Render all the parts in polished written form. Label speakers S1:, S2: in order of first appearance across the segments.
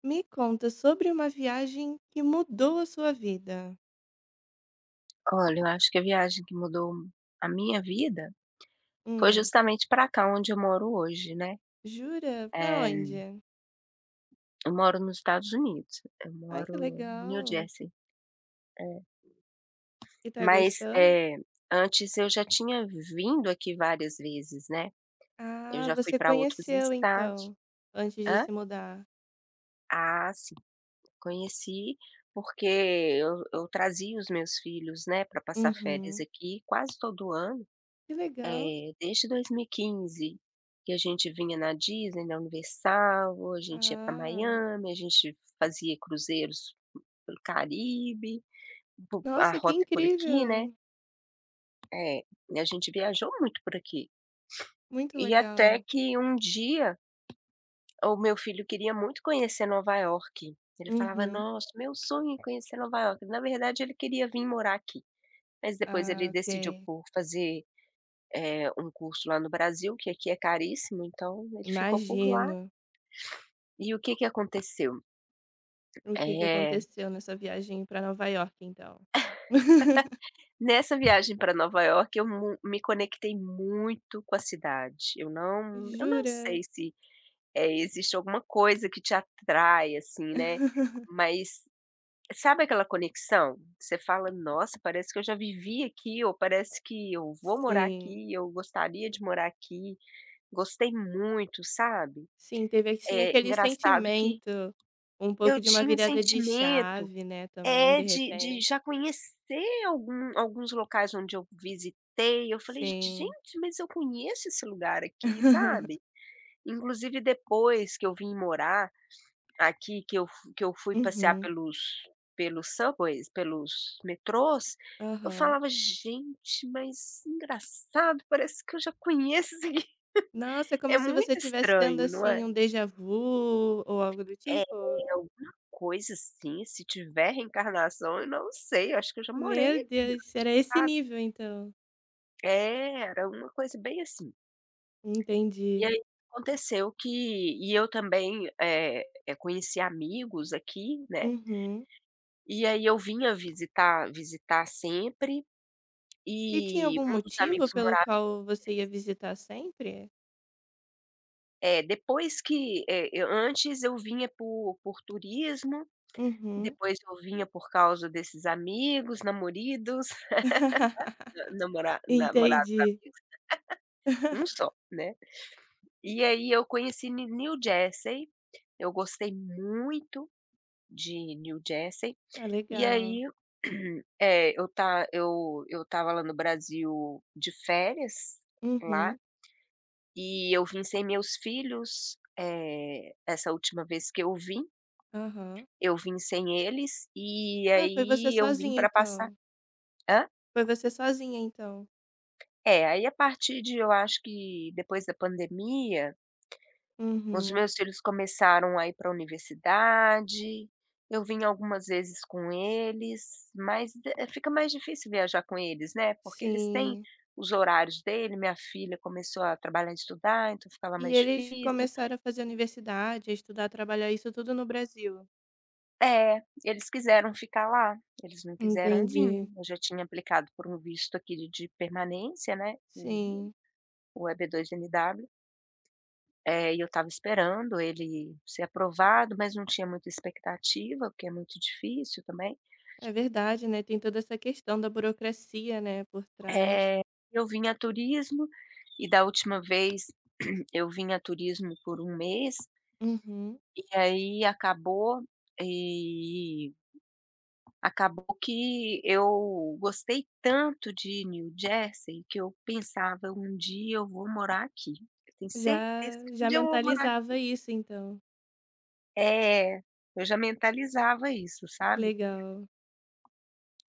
S1: Me conta sobre uma viagem que mudou a sua vida.
S2: Olha, eu acho que a viagem que mudou a minha vida foi
S1: Hum,
S2: justamente para cá onde eu moro hoje, né.
S1: jura? Pra
S2: Eh,
S1: onde?
S2: eu moro nos Estados Unidos, eu
S1: Ai, que
S2: moro em New
S1: legal.
S2: Jersey, é.
S1: E tá
S2: Mas,
S1: gostando?
S2: antes eu já tinha vindo aqui várias vezes, né. Eu
S1: Ah,
S2: já fui
S1: você
S2: para outros
S1: conheceu
S2: estados.
S1: então, antes de
S2: Hã?
S1: se mudar.
S2: Ah, sim, conheci porque eu trazia os meus filhos, né, para passar férias
S1: Uhum.
S2: aqui quase todo ano.
S1: Que legal.
S2: Desde 2015 que a gente vinha na Disney, na Universal, a gente ia para
S1: Ah,
S2: Miami, a gente fazia cruzeiros pelo Caribe, po a
S1: nossa, que
S2: rota é por aqui, né.
S1: incrível.
S2: É, e a gente viajou muito por aqui.
S1: Muito
S2: E até
S1: legal.
S2: que um dia o meu filho queria muito conhecer Nova York. Ele falava:
S1: Uhum.
S2: "Nossa, meu sonho é conhecer Nova York". Na verdade, ele queria vir morar aqui, mas depois
S1: Ah,
S2: ele decidiu
S1: ok.
S2: por fazer um curso lá no Brasil, que aqui é caríssimo, então ele ficou por lá.
S1: Imagino
S2: E o que que aconteceu?
S1: o que que
S2: Eh,
S1: aconteceu nessa viagem pra Nova York, então.
S2: nessa viagem para Nova York eu mu me conectei muito com a cidade. Eu não sei
S1: Jura?
S2: se, existe alguma coisa que te atrai, assim, né, mas sabe aquela conexão? Você fala: "Nossa, parece que eu já vivi aqui", ou "Parece que eu vou morar
S1: Sim.
S2: aqui, eu gostaria de morar aqui". Gostei muito, sabe.
S1: Sim, teve assim
S2: É
S1: aquele
S2: engraçado que
S1: sentimento, um pouco
S2: eu
S1: de uma
S2: tinha um
S1: virada de
S2: sentimento,
S1: chave, né, também
S2: é,
S1: de
S2: de
S1: repente.
S2: já conhecer algum alguns locais onde eu visitei, eu falei:
S1: Sim.
S2: "Gente, mas eu conheço esse lugar aqui", sabe. Inclusive depois que eu vim morar aqui, que eu fu que eu fui passear
S1: Uhum.
S2: pelos subways, pelos metrôs, eu
S1: Aham.
S2: falava: "Gente, mas engraçado, parece que eu já conheço isso aqui".
S1: Nossa, é
S2: É
S1: como se você
S2: muito
S1: tivesse tendo,
S2: estranho, não
S1: assim,
S2: é?
S1: um déjà vu ou algo do
S2: É,
S1: tipo?
S2: alguma coisa assim, se tiver reencarnação, eu não sei, eu acho que eu já morei
S1: Meu
S2: aqui
S1: Deus,
S2: antes,
S1: era esse
S2: sabe.
S1: nível então.
S2: É, era uma coisa bem assim. E
S1: Entendi.
S2: aí aconteceu que eu também, conheci amigos aqui, né,
S1: Uhum.
S2: e aí eu vinha visitar sempre,
S1: E tinha
S2: e
S1: algum
S2: um dos
S1: motivo
S2: amigos
S1: pelo
S2: morava em.
S1: qual você ia visitar sempre?
S2: É, depois que, eh, eu antes eu vinha por turismo,
S1: Uhum.
S2: depois eu vinha por causa desses amigos, namoridos. Namorados,
S1: Entendi.
S2: amigos, um só, né. E aí eu conheci Ne New Jersey, eu gostei muito de New Jersey,
S1: Ah,
S2: e
S1: legal.
S2: aí, eh, eu ta eu estava lá no Brasil de férias lá,
S1: Uhum.
S2: e eu vim sem meus filhos, essa última vez que
S1: Aham.
S2: eu vim sem eles, e
S1: Ah, foi você
S2: aí eu vim
S1: sozinha
S2: pra passar.
S1: então.
S2: Hã?
S1: Foi você sozinha então.
S2: É, aí, a partir de, eu acho que depois da pandemia, os
S1: Uhum,
S2: meus filhos começaram a ir para a universidade, eu vim algumas vezes com eles, mas d fica mais difícil viajar com eles, né, porque eles têm
S1: sim.
S2: os horários dele, minha filha começou a trabalhar e estudar, então ficava
S1: E
S2: mais
S1: eles
S2: difícil.
S1: começaram a fazer universidade, a estudar, trabalhar, isso tudo no Brasil?
S2: É, eles quiseram ficar lá, eles não quiseram vir.
S1: Entendi.
S2: Eu já tinha aplicado por um visto aqui de permanência, né, o
S1: Sim,
S2: o EB2NW, e eu estava esperando ele ser aprovado, mas não tinha muita expectativa, porque é muito difícil também.
S1: é verdade, né, tem toda essa questão da burocracia, né, por trás.
S2: Eh, eu vim a turismo e da última vez eu vim a turismo por um mês,
S1: Uhum.
S2: e aí acabou, e acabou que eu gostei tanto de New Jersey que eu pensava: "Um dia eu vou morar aqui. Eu tenho
S1: Já
S2: certeza que um
S1: já
S2: dia eu vou morar aqui".
S1: mentalizava isso então.
S2: É, eu já mentalizava isso, sabe.
S1: Legal.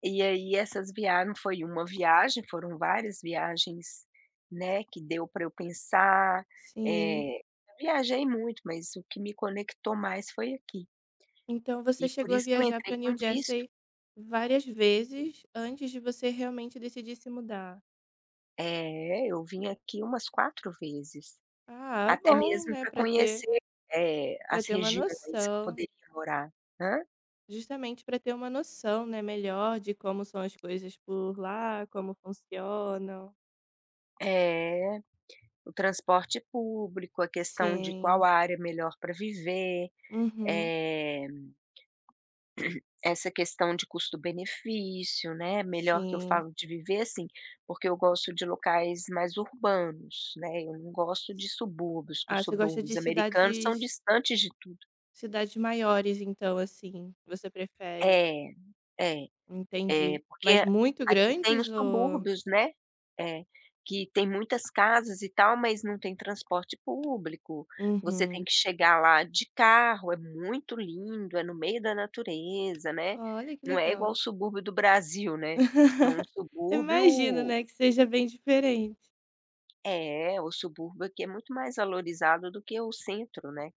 S2: E aí essas viagens não foi uma viagem, foram várias viagens, né, que deu para eu pensar,
S1: Sim.
S2: eu viajei muito, mas o que me conectou mais foi aqui.
S1: Então você
S2: E por
S1: chegou a
S2: isso que eu
S1: viajar
S2: entrei
S1: para
S2: com
S1: New
S2: visto.
S1: Jersey várias vezes antes de você realmente decidir se mudar?
S2: É, eu vim aqui umas 4 vezes,
S1: Ah,
S2: até
S1: bom,
S2: mesmo
S1: né,
S2: para
S1: para ter
S2: conhecer,
S1: para
S2: as
S1: ter uma
S2: regiões que eu
S1: noção,
S2: poderia morar. Hã?
S1: justamente para ter uma noção, né, melhor de como são as coisas por lá, como funcionam.
S2: É, o transporte público, a questão de qual
S1: Sim.
S2: área é melhor para viver,
S1: Uhum.
S2: eh essa questão de custo-benefício, né, melhor que eu
S1: Sim.
S2: falo de viver assim, porque eu gosto de locais mais urbanos, né, eu não gosto de subúrbios, que
S1: Ah,
S2: os
S1: você gosta de
S2: subúrbios americanos são
S1: cidades
S2: distantes de tudo.
S1: cidades maiores então, assim, você prefere.
S2: É, é. É,
S1: Entendi. Mas
S2: porque
S1: muito
S2: aqui tem os
S1: grandes ou
S2: subúrbios, né, é, que tem muitas casas e tal, mas não tem transporte público, você tem
S1: Uhum.
S2: que chegar lá de carro, é muito lindo, é no meio da natureza, né,
S1: Olha que
S2: não é igual o
S1: legal.
S2: subúrbio do Brasil, né, é um
S1: Imagino,
S2: subúrbio.
S1: né, que seja bem diferente.
S2: É, o subúrbio aqui é muito mais valorizado do que o centro, né.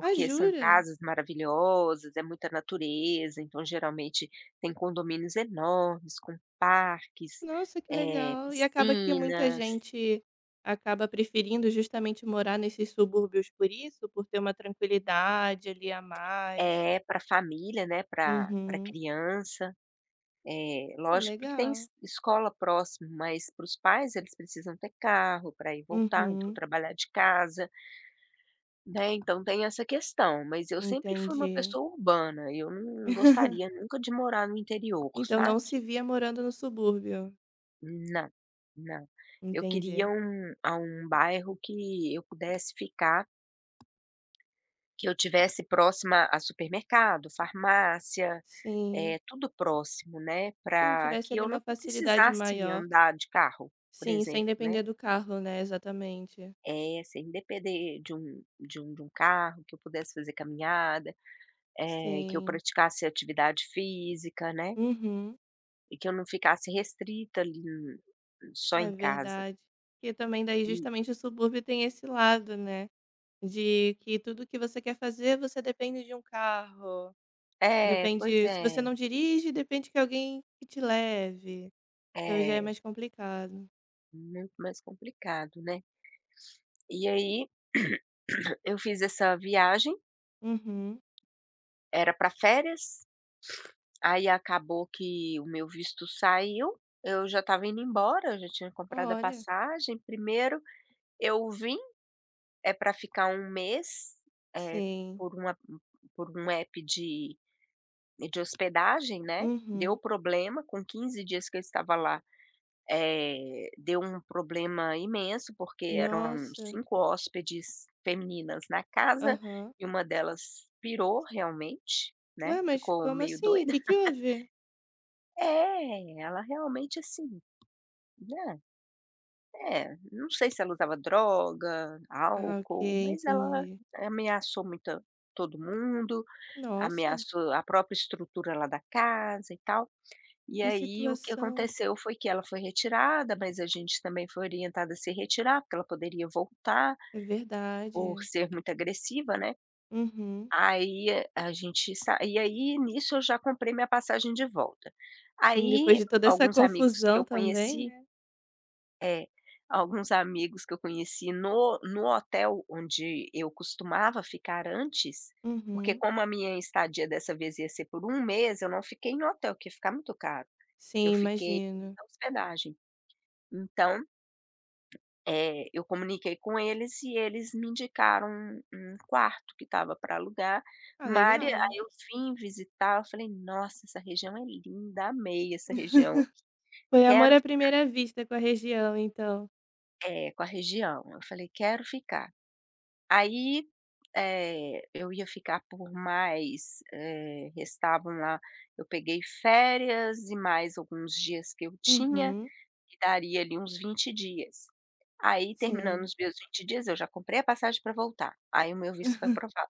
S1: Ah,
S2: são
S1: jura?
S2: casas maravilhosas, é muita natureza, então geralmente tem condomínios enormes com parques,
S1: Nossa, que legal. E acaba que muita
S2: piscinas.
S1: gente acaba preferindo justamente morar nesses subúrbios por isso, por ter uma tranquilidade ali a mais.
S2: É, para família, né, para
S1: Uhum.
S2: criança,
S1: Ah,
S2: lógico que tem
S1: legal.
S2: es escola próximo, mas para os pais eles precisam ter carro para ir e voltar, então
S1: Uhum.
S2: trabalhar de casa, né, então tem essa questão, mas eu sempre fui uma
S1: Entendi.
S2: pessoa urbana, eu não gostaria nunca de morar no interior,
S1: Então não
S2: sabe?
S1: se via morando no subúrbio.
S2: Não, não. Eu queria
S1: Entendi.
S2: um a um bairro que eu pudesse ficar, que eu tivesse próxima a supermercado, farmácia,
S1: Sim.
S2: é tudo próximo, né,
S1: Sim,
S2: para
S1: tivesse
S2: que
S1: ali
S2: eu
S1: uma
S2: não
S1: facilidade
S2: precisasse
S1: maior.
S2: andar de carro, por
S1: Sim, sem
S2: exemplo, né.
S1: depender do carro, né? Exatamente.
S2: É sem depender de um carro, que eu pudesse fazer caminhada, é que eu
S1: Sim.
S2: praticasse atividade física, né,
S1: Uhum.
S2: e que eu não ficasse restrita ali, só
S1: É
S2: em casa.
S1: verdade. Porque também daí
S2: E
S1: justamente o subúrbio tem esse lado, né? De que tudo que você quer fazer, você depende de um carro,
S2: é, pois
S1: depende se
S2: é,
S1: você não dirige, depende que alguém que te leve, então já é
S2: é.
S1: mais complicado.
S2: Muito mais complicado, né. E aí, eu fiz essa viagem,
S1: Uhum.
S2: era para férias, aí acabou que o meu visto saiu, eu já estava indo embora, eu já tinha comprado a
S1: Olha.
S2: passagem. Primeiro eu vim, é para ficar um mês, eh,
S1: Sim.
S2: por uma por um app de hospedagem, né, deu
S1: Uhum.
S2: problema, com 15 dias que eu estava lá. Deu um problema imenso, porque eram
S1: Nossa.
S2: 5 hóspedes femininas na casa
S1: Aham.
S2: e uma delas pirou realmente,
S1: Ué,
S2: né,
S1: mas
S2: ficou
S1: como
S2: meio
S1: assim? O
S2: doida.
S1: que que houve?
S2: É, ela realmente assim, né, é, não sei se ela usava droga,
S1: Ah, ok,
S2: álcool, mas ela
S1: entendi.
S2: ameaçou muito todo mundo,
S1: Nossa,
S2: ameaçou a própria estrutura lá da casa e tal. E
S1: que
S2: aí o que
S1: situação.
S2: aconteceu foi que ela foi retirada, mas a gente também foi orientada a se retirar, porque ela poderia voltar
S1: É
S2: por
S1: verdade.
S2: ser muito agressiva, né.
S1: Uhum.
S2: Aí eh, a gente sa e aí nisso eu já comprei minha passagem de volta.
S1: Sim, depois
S2: Aí
S1: de toda essa
S2: alguns amigos que
S1: confusão
S2: eu
S1: também,
S2: conheci
S1: né.
S2: é, alguns amigos que eu conheci no hotel onde eu costumava ficar antes, porque
S1: Uhum.
S2: como a minha estadia dessa vez ia ser por um mês, eu não fiquei em hotel, que ia ficar muito caro.
S1: Sim,
S2: Eu fiquei
S1: imagino.
S2: na hospedagem. Então, eu comuniquei com eles e eles me indicaram um quarto que estava para alugar.
S1: Ah,
S2: Mari
S1: legal.
S2: aí eu vim visitar, eu falei: "Nossa, essa região é linda, amei essa região,
S1: Foi amor
S2: quero".
S1: à primeira vista com a região, então.
S2: É, com a região, eu falei: "Quero ficar". Aí, eu ia ficar por mais, restavam lá, eu peguei férias e mais alguns dias que eu tinha,
S1: Uhum,
S2: e daria ali uns 20 dias. Aí terminando
S1: sim.
S2: os meus 20 dias, eu já comprei a passagem para voltar, aí o meu visto foi aprovado.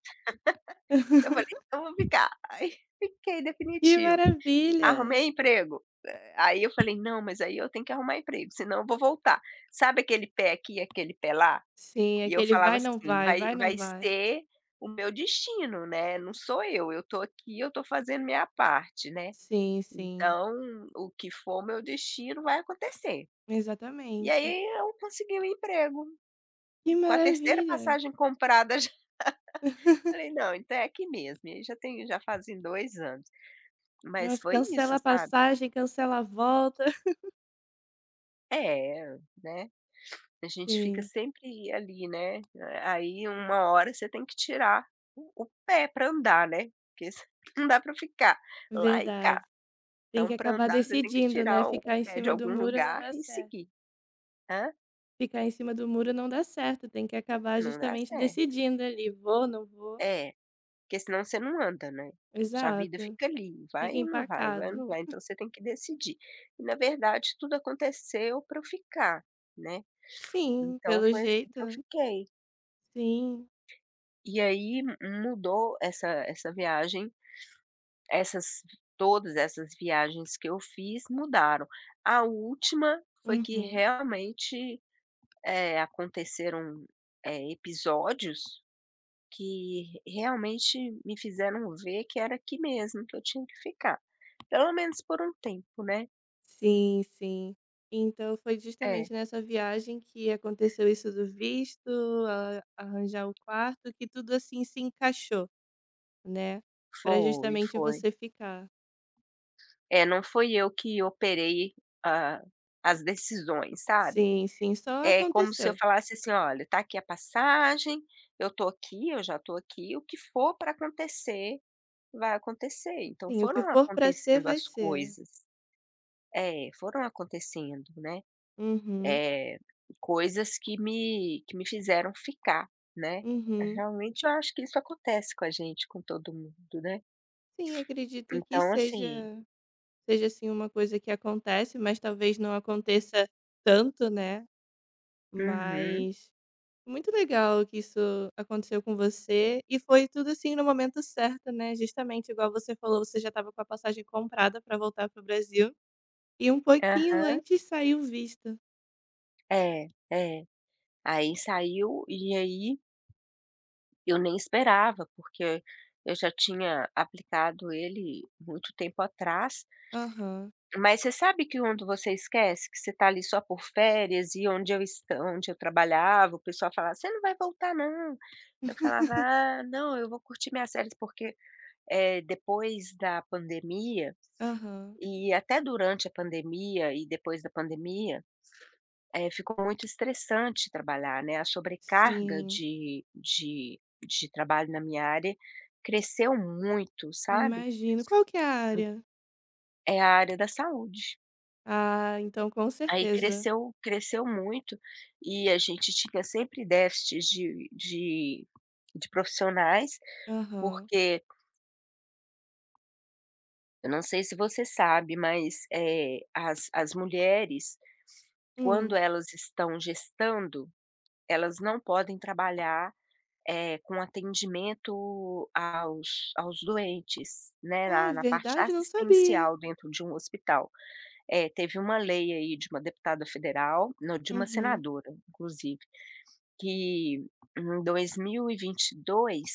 S2: Eu falei: "Eu vou ficar". Aí fiquei
S1: Que
S2: definitivo.
S1: maravilha!
S2: Arrumei emprego, aí eu falei: "Não, mas aí eu tenho que arrumar emprego, senão eu vou voltar". Sabe aquele pé aqui e aquele pé lá?
S1: Sim,
S2: E eu
S1: aquele
S2: falava
S1: vai, não
S2: assim:
S1: vai,
S2: "Vai
S1: vai, não
S2: vai
S1: vai.
S2: ser o meu destino, né, não sou eu tô aqui, eu tô fazendo minha parte, né,
S1: Sim, sim,
S2: então o que for o meu destino vai acontecer". E
S1: exatamente.
S2: aí eu consegui o emprego.
S1: Que
S2: Com a terceira
S1: maravilha!
S2: passagem comprada já falei: "Não, então é aqui mesmo", e aí já fazem 2 anos. Mas
S1: Nossa,
S2: foi isso,
S1: cancela a
S2: sabe.
S1: passagem, cancela a volta.
S2: É, né, a gente fica
S1: Sim,
S2: sempre ali, né, aí uma hora você tem que tirar o pé para andar, né, porque não dá para ficar lá e cá.
S1: verdade. Tem que
S2: Então para
S1: acabar
S2: andar você tem que
S1: decidindo, né,
S2: tirar o
S1: ficar em
S2: pé de
S1: cima do
S2: algum
S1: muro não
S2: lugar
S1: dá
S2: e
S1: certo.
S2: seguir. Hã?
S1: Ficar em cima do muro não dá certo, tem que acabar
S2: Não dá
S1: justamente
S2: certo.
S1: decidindo ali, vou, não vou.
S2: É. Porque senão você não anda, né. Sua vida
S1: Exato,
S2: fica ali, vai
S1: fica
S2: ou não vai, vai ou
S1: empacado.
S2: não vai, então você tem que decidir. E na verdade tudo aconteceu para eu ficar, né,
S1: Sim,
S2: então
S1: pelo
S2: foi assim que eu
S1: jeito,
S2: fiquei.
S1: sim.
S2: E aí mudou essa viagem, essas todas essas viagens que eu fiz mudaram. A última foi que
S1: Uhum.
S2: realmente, aconteceram, episódios que realmente me fizeram ver que era aqui mesmo que eu tinha que ficar. Pelo menos por um tempo, né.
S1: Sim, sim. Então foi
S2: É,
S1: justamente nessa viagem que aconteceu isso do visto, a arranjar o quarto, que tudo, assim, se encaixou, né, pra
S2: foi,
S1: justamente
S2: foi.
S1: você ficar.
S2: É, não fui eu que operei a as decisões, sabe.
S1: Sim, sim, só
S2: É como se eu
S1: aconteceu.
S2: falasse assim: "Olha, tá aqui a passagem, eu tô aqui, eu já tô aqui, o que for para acontecer, vai acontecer". Então
S1: Sim, o que
S2: foram
S1: for pra ser,
S2: acontecendo
S1: vai
S2: as
S1: ser.
S2: coisas. É, foram acontecendo, né,
S1: Uhum,
S2: eh, coisas que me fizeram ficar, né.
S1: uhum.
S2: Realmente eu acho que isso acontece com a gente, com todo mundo, né.
S1: Sim, acredito que
S2: Então
S1: seja
S2: assim.
S1: seja, assim, uma coisa que acontece, mas talvez não aconteça tanto, né,
S2: Uhum.
S1: mas Muito legal que isso aconteceu com você e foi tudo, assim, no momento certo, né, justamente igual você falou, você já estava com a passagem comprada para voltar para o Brasil e um pouquinho
S2: Aham.
S1: antes saiu o visto.
S2: É, é. Aí saiu e aí eu nem esperava, porque eu já tinha aplicado ele muito tempo atrás.
S1: Aham.
S2: Mas você sabe que quando você esquece que você está ali só por férias e onde eu trabalhava, o pessoal falava: "Você não vai voltar não". Eu falava: "Ah, não, eu vou curtir minhas férias", porque, depois da pandemia
S1: Aham.
S2: e até durante a pandemia e depois da pandemia. Ficou muito estressante trabalhar, né, a sobrecarga
S1: Sim,
S2: de trabalho na minha área cresceu muito, sabe.
S1: imagino. Qual que é a área?
S2: É a área da saúde.
S1: Ah, então com
S2: Aí
S1: certeza.
S2: cresceu muito e a gente tinha sempre déficits de profissionais,
S1: Aham.
S2: porque eu não sei se você sabe, mas, as mulheres, quando
S1: Hum.
S2: elas estão gestando, elas não podem trabalhar com atendimento aos doentes, né,
S1: Ah, é
S2: na parte
S1: verdade? Não sabia.
S2: assistencial dentro de um hospital. Teve uma lei aí de uma deputada federal, não, de uma
S1: Uhum,
S2: senadora, inclusive, que em 2022,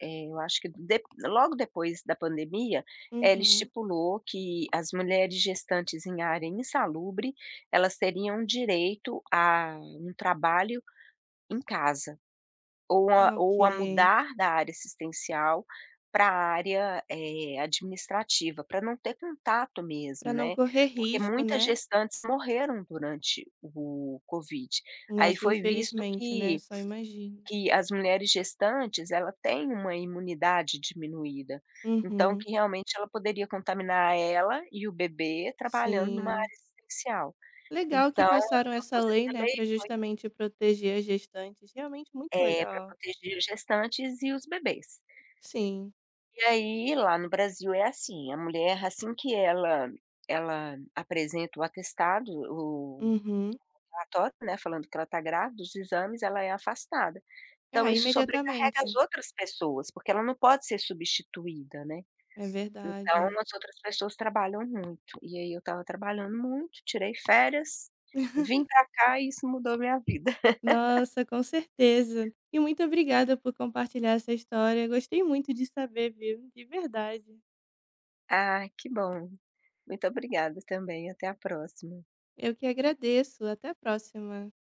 S2: eu acho que de logo depois da pandemia, ela
S1: uhum.
S2: estipulou que as mulheres gestantes em área insalubre, elas teriam direito a um trabalho em casa. Ou a
S1: Ah,
S2: ou a
S1: ok.
S2: mudar da área assistencial para a área, administrativa, para não ter contato mesmo,
S1: Para não
S2: né,
S1: correr
S2: porque
S1: risco,
S2: muitas
S1: né.
S2: gestantes morreram durante o Covid. Aí
S1: Nossa,
S2: foi visto
S1: infelizmente, né,
S2: que
S1: só imagino.
S2: que as mulheres gestantes, ela tem uma imunidade diminuída, então
S1: Uhum,
S2: que realmente ela poderia contaminar ela e o bebê trabalhando numa área
S1: sim.
S2: assistencial.
S1: Legal
S2: Então
S1: que
S2: ela
S1: passaram essa
S2: propôs
S1: lei,
S2: essa
S1: né,
S2: lei,
S1: para
S2: foi
S1: justamente proteger as gestantes, realmente muito
S2: é, para
S1: legal.
S2: proteger gestantes e os bebês.
S1: Sim.
S2: E aí, lá no Brasil é assim, a mulher assim que ela apresenta o atestado, o
S1: Uhum.
S2: relatório, né, falando que ela está grávida, os exames, ela é afastada.
S1: Ah,
S2: Então isso sobrecarrega as
S1: imediatamente.
S2: outras pessoas, porque ela não pode ser substituída, né.
S1: É
S2: Então
S1: verdade.
S2: as outras pessoas trabalham muito, e aí eu estava trabalhando muito, tirei férias, vim pra cá e isso mudou minha vida.
S1: Nossa, com certeza. E muito obrigada por compartilhar essa história, gostei muito de saber, viu, de verdade.
S2: Ah, que bom. Muito obrigada também, até a próxima.
S1: Eu que agradeço, até a próxima.